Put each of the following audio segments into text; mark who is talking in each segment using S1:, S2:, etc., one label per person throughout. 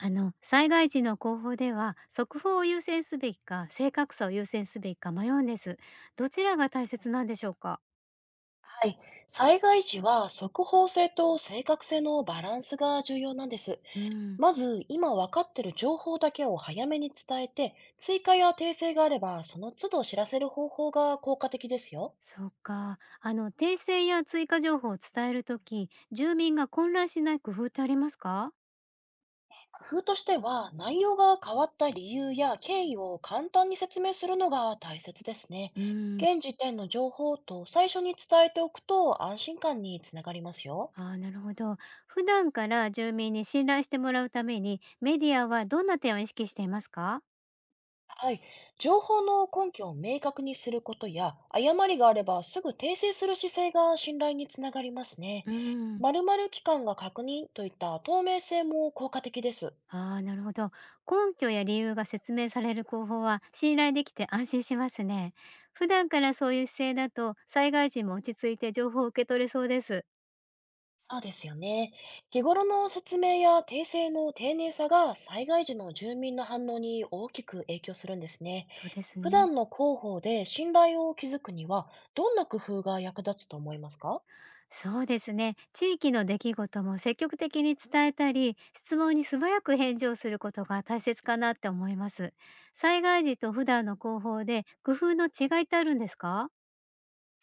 S1: 災害時の広報では速報を優先すべきか正確さを優先すべきか迷うんです。どちらが大切なんでしょうか？
S2: はい。災害時は速報性と正確性のバランスが重要なんです。
S1: うん。
S2: まず、今分かっている情報だけを早めに伝えて、追加や訂正があれば、その都度知らせる方法が効果的ですよ。
S1: そうか。訂正や追加情報を伝えるとき住民が混乱しない工夫ってありますか？
S2: 工夫としては、内容が変わった理由や経緯を簡単に説明するのが大切ですね。
S1: うん。
S2: 現時点の情報と最初に伝えておくと安心感につながりますよ。
S1: あー、なるほど。普段から住民に信頼してもらうためにメディアはどんな点を意識していますか？
S2: はい。情報の根拠を明確にすることや、誤りがあればすぐ訂正する姿勢が信頼につながりますね。
S1: うん。
S2: 〇〇期間が確認といった透明性も効果的です。
S1: ああ、なるほど。根拠や理由が説明される広報は信頼できて安心しますね。普段からそういう姿勢だと災害時も落ち着いて情報を受け取れそうです。
S2: そうですよね。日頃の説明や訂正の丁寧さが災害時の住民の反応に大きく影響するんですね。
S1: そうです
S2: 普
S1: ね。
S2: 段の広報で信頼を築くには、どんな工夫が役立つと思いますか？
S1: そうですね。地域の出来事も積極的に伝えたり、質問に素早く返事をすることが大切かなって思います。災害時と普段の広報で工夫の違いってあるんですか？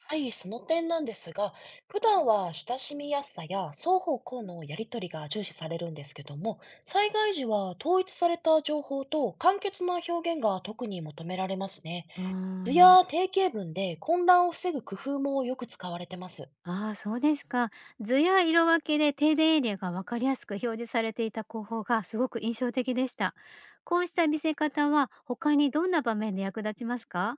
S2: はい、その点なんですが、普段は親しみやすさや双方向のやり取りが重視されるんですけども、災害時は統一された情報と簡潔な表現が特に求められますね。
S1: あ
S2: 図
S1: あ。
S2: や定型文で混乱を防ぐ工夫もよく使われてます。
S1: ああ、そうですか。図や色分けで停電エリアが分かりやすく表示されていた広報がすごく印象的でした。こうした見せ方は他にどんな場面で役立ちますか？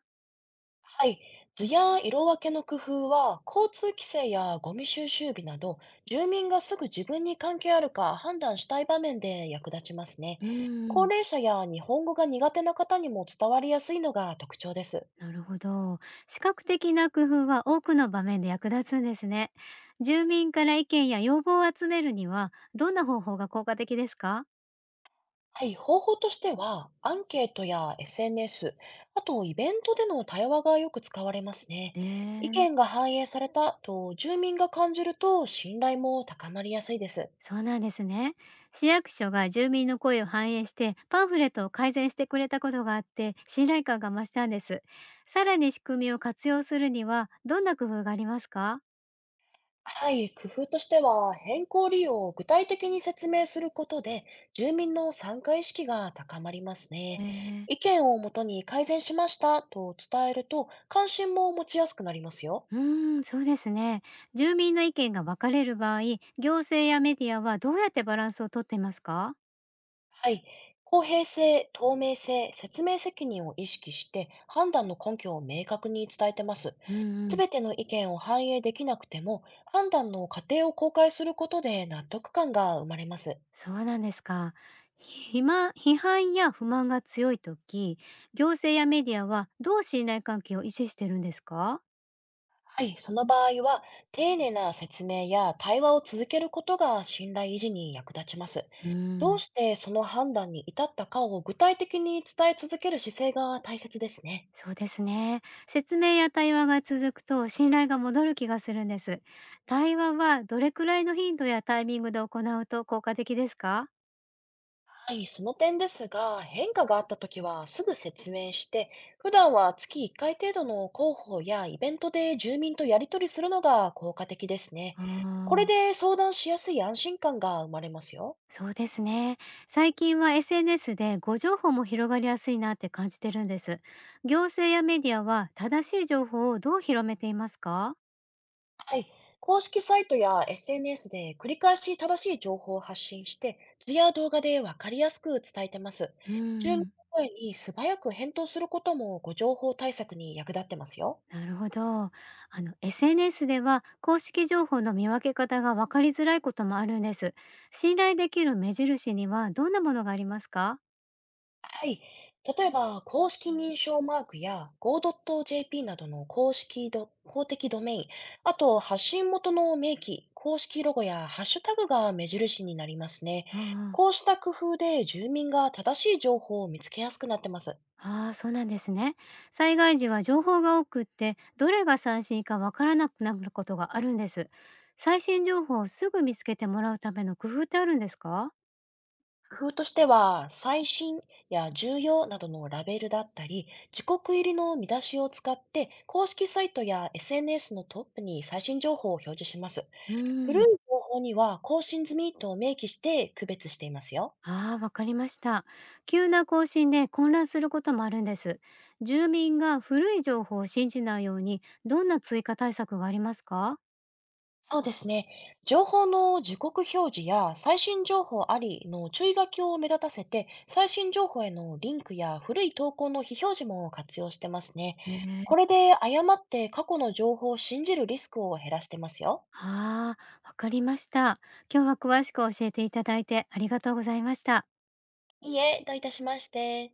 S2: はい。図や色分けの工夫は、交通規制やゴミ収集日など、住民がすぐ自分に関係あるか判断したい場面で役立ちますね。
S1: うー
S2: 高
S1: ん。
S2: 齢者や日本語が苦手な方にも伝わりやすいのが特徴です。
S1: なるほど。視覚的な工夫は多くの場面で役立つんですね。住民から意見や要望を集めるにはどんな方法が効果的ですか？
S2: はい。方法としては、アンケートや SNS、あとイベントでの対話がよく使われますね。意
S1: ええ、
S2: 見が反映されたと住民が感じると信頼も高まりやすいです。
S1: そうなんですね。市役所が住民の声を反映してパンフレットを改善してくれたことがあって信頼感が増したんです。さらに仕組みを活用するにはどんな工夫がありますか？
S2: はい、工夫としては変更理由を具体的に説明することで住民の参加意識が高まります
S1: え
S2: ね。
S1: ー、
S2: 意見をもとに改善しましたと伝えると関心も持ちやすくなりますよ。
S1: うーん、そうですね。住民の意見が分かれる場合、行政やメディアはどうやってバランスをとっていますか？
S2: はい、公平性、透明性、説明責任を意識して判断の根拠を明確に伝えてます。
S1: うん。う
S2: す
S1: ん、
S2: べての意見を反映できなくても判断の過程を公開することで納得感が生まれます。
S1: そうなんですか。ひま批判や不満が強いとき、行政やメディアはどう信頼関係を維持してるんですか？
S2: はい、その場合は、丁寧な説明や対話を続けることが信頼維持に役立ちます。
S1: う
S2: どう
S1: ん。
S2: してその判断に至ったかを具体的に伝え続ける姿勢が大切ですね。
S1: そうですね。説明や対話が続くと信頼が戻る気がするんです。対話はどれくらいの頻度やタイミングで行うと効果的ですか？
S2: はい、その点ですが、変化があったときはすぐ説明して、普段は月1回程度の広報やイベントで住民とやり取りするのが効果的ですね。
S1: あ
S2: これ
S1: ー、
S2: で相談しやすい安心感が生まれますよ。
S1: そうですね。最近は SNS で誤情報も広がりやすいなって感じてるんです。行政やメディアは正しい情報をどう広めていますか？
S2: はい。公式サイトや SNS で繰り返し正しい情報を発信して、図や動画でわかりやすく伝えてます。
S1: う
S2: 住民の
S1: ん。
S2: 声に素早く返答することもご情報対策に役立ってますよ。
S1: なるほど。あの SNS では公式情報の見分け方が分かりづらいこともあるんです。信頼できる目印にはどんなものがありますか？
S2: はい。例えば、公式認証マークや go.jp などの公式ど、公的ドメイン、あと発信元の明記、公式ロゴやハッシュタグが目印になりますね。
S1: あ
S2: こうした工夫で住民が正しい情報を見つけやすくなってます。
S1: あ、ああ、そうなんですね。災害時は情報が多くって、どれが最新か分からなくなることがあるんです。最新情報をすぐ見つけてもらうための工夫ってあるんですか？
S2: 工夫としては、最新や重要などのラベルだったり、時刻入りの見出しを使って、公式サイトや SNS のトップに最新情報を表示します。
S1: う
S2: 古い
S1: ん。
S2: 情報には更新済みと明記して区別していますよ。
S1: ああ、わかりました。急な更新で混乱することもあるんです。住民が古い情報を信じないように、どんな追加対策がありますか？
S2: そうですね。情報の時刻表示や最新情報ありの注意書きを目立たせて、最新情報へのリンクや古い投稿の非表示も活用してますね。
S1: ね
S2: こ
S1: え。
S2: れで誤って過去の情報を信じるリスクを減らしてますよ。
S1: ああ、わかりました。今日は詳しく教えていただいてありがとうございました。
S2: いいえ、どういたしまして。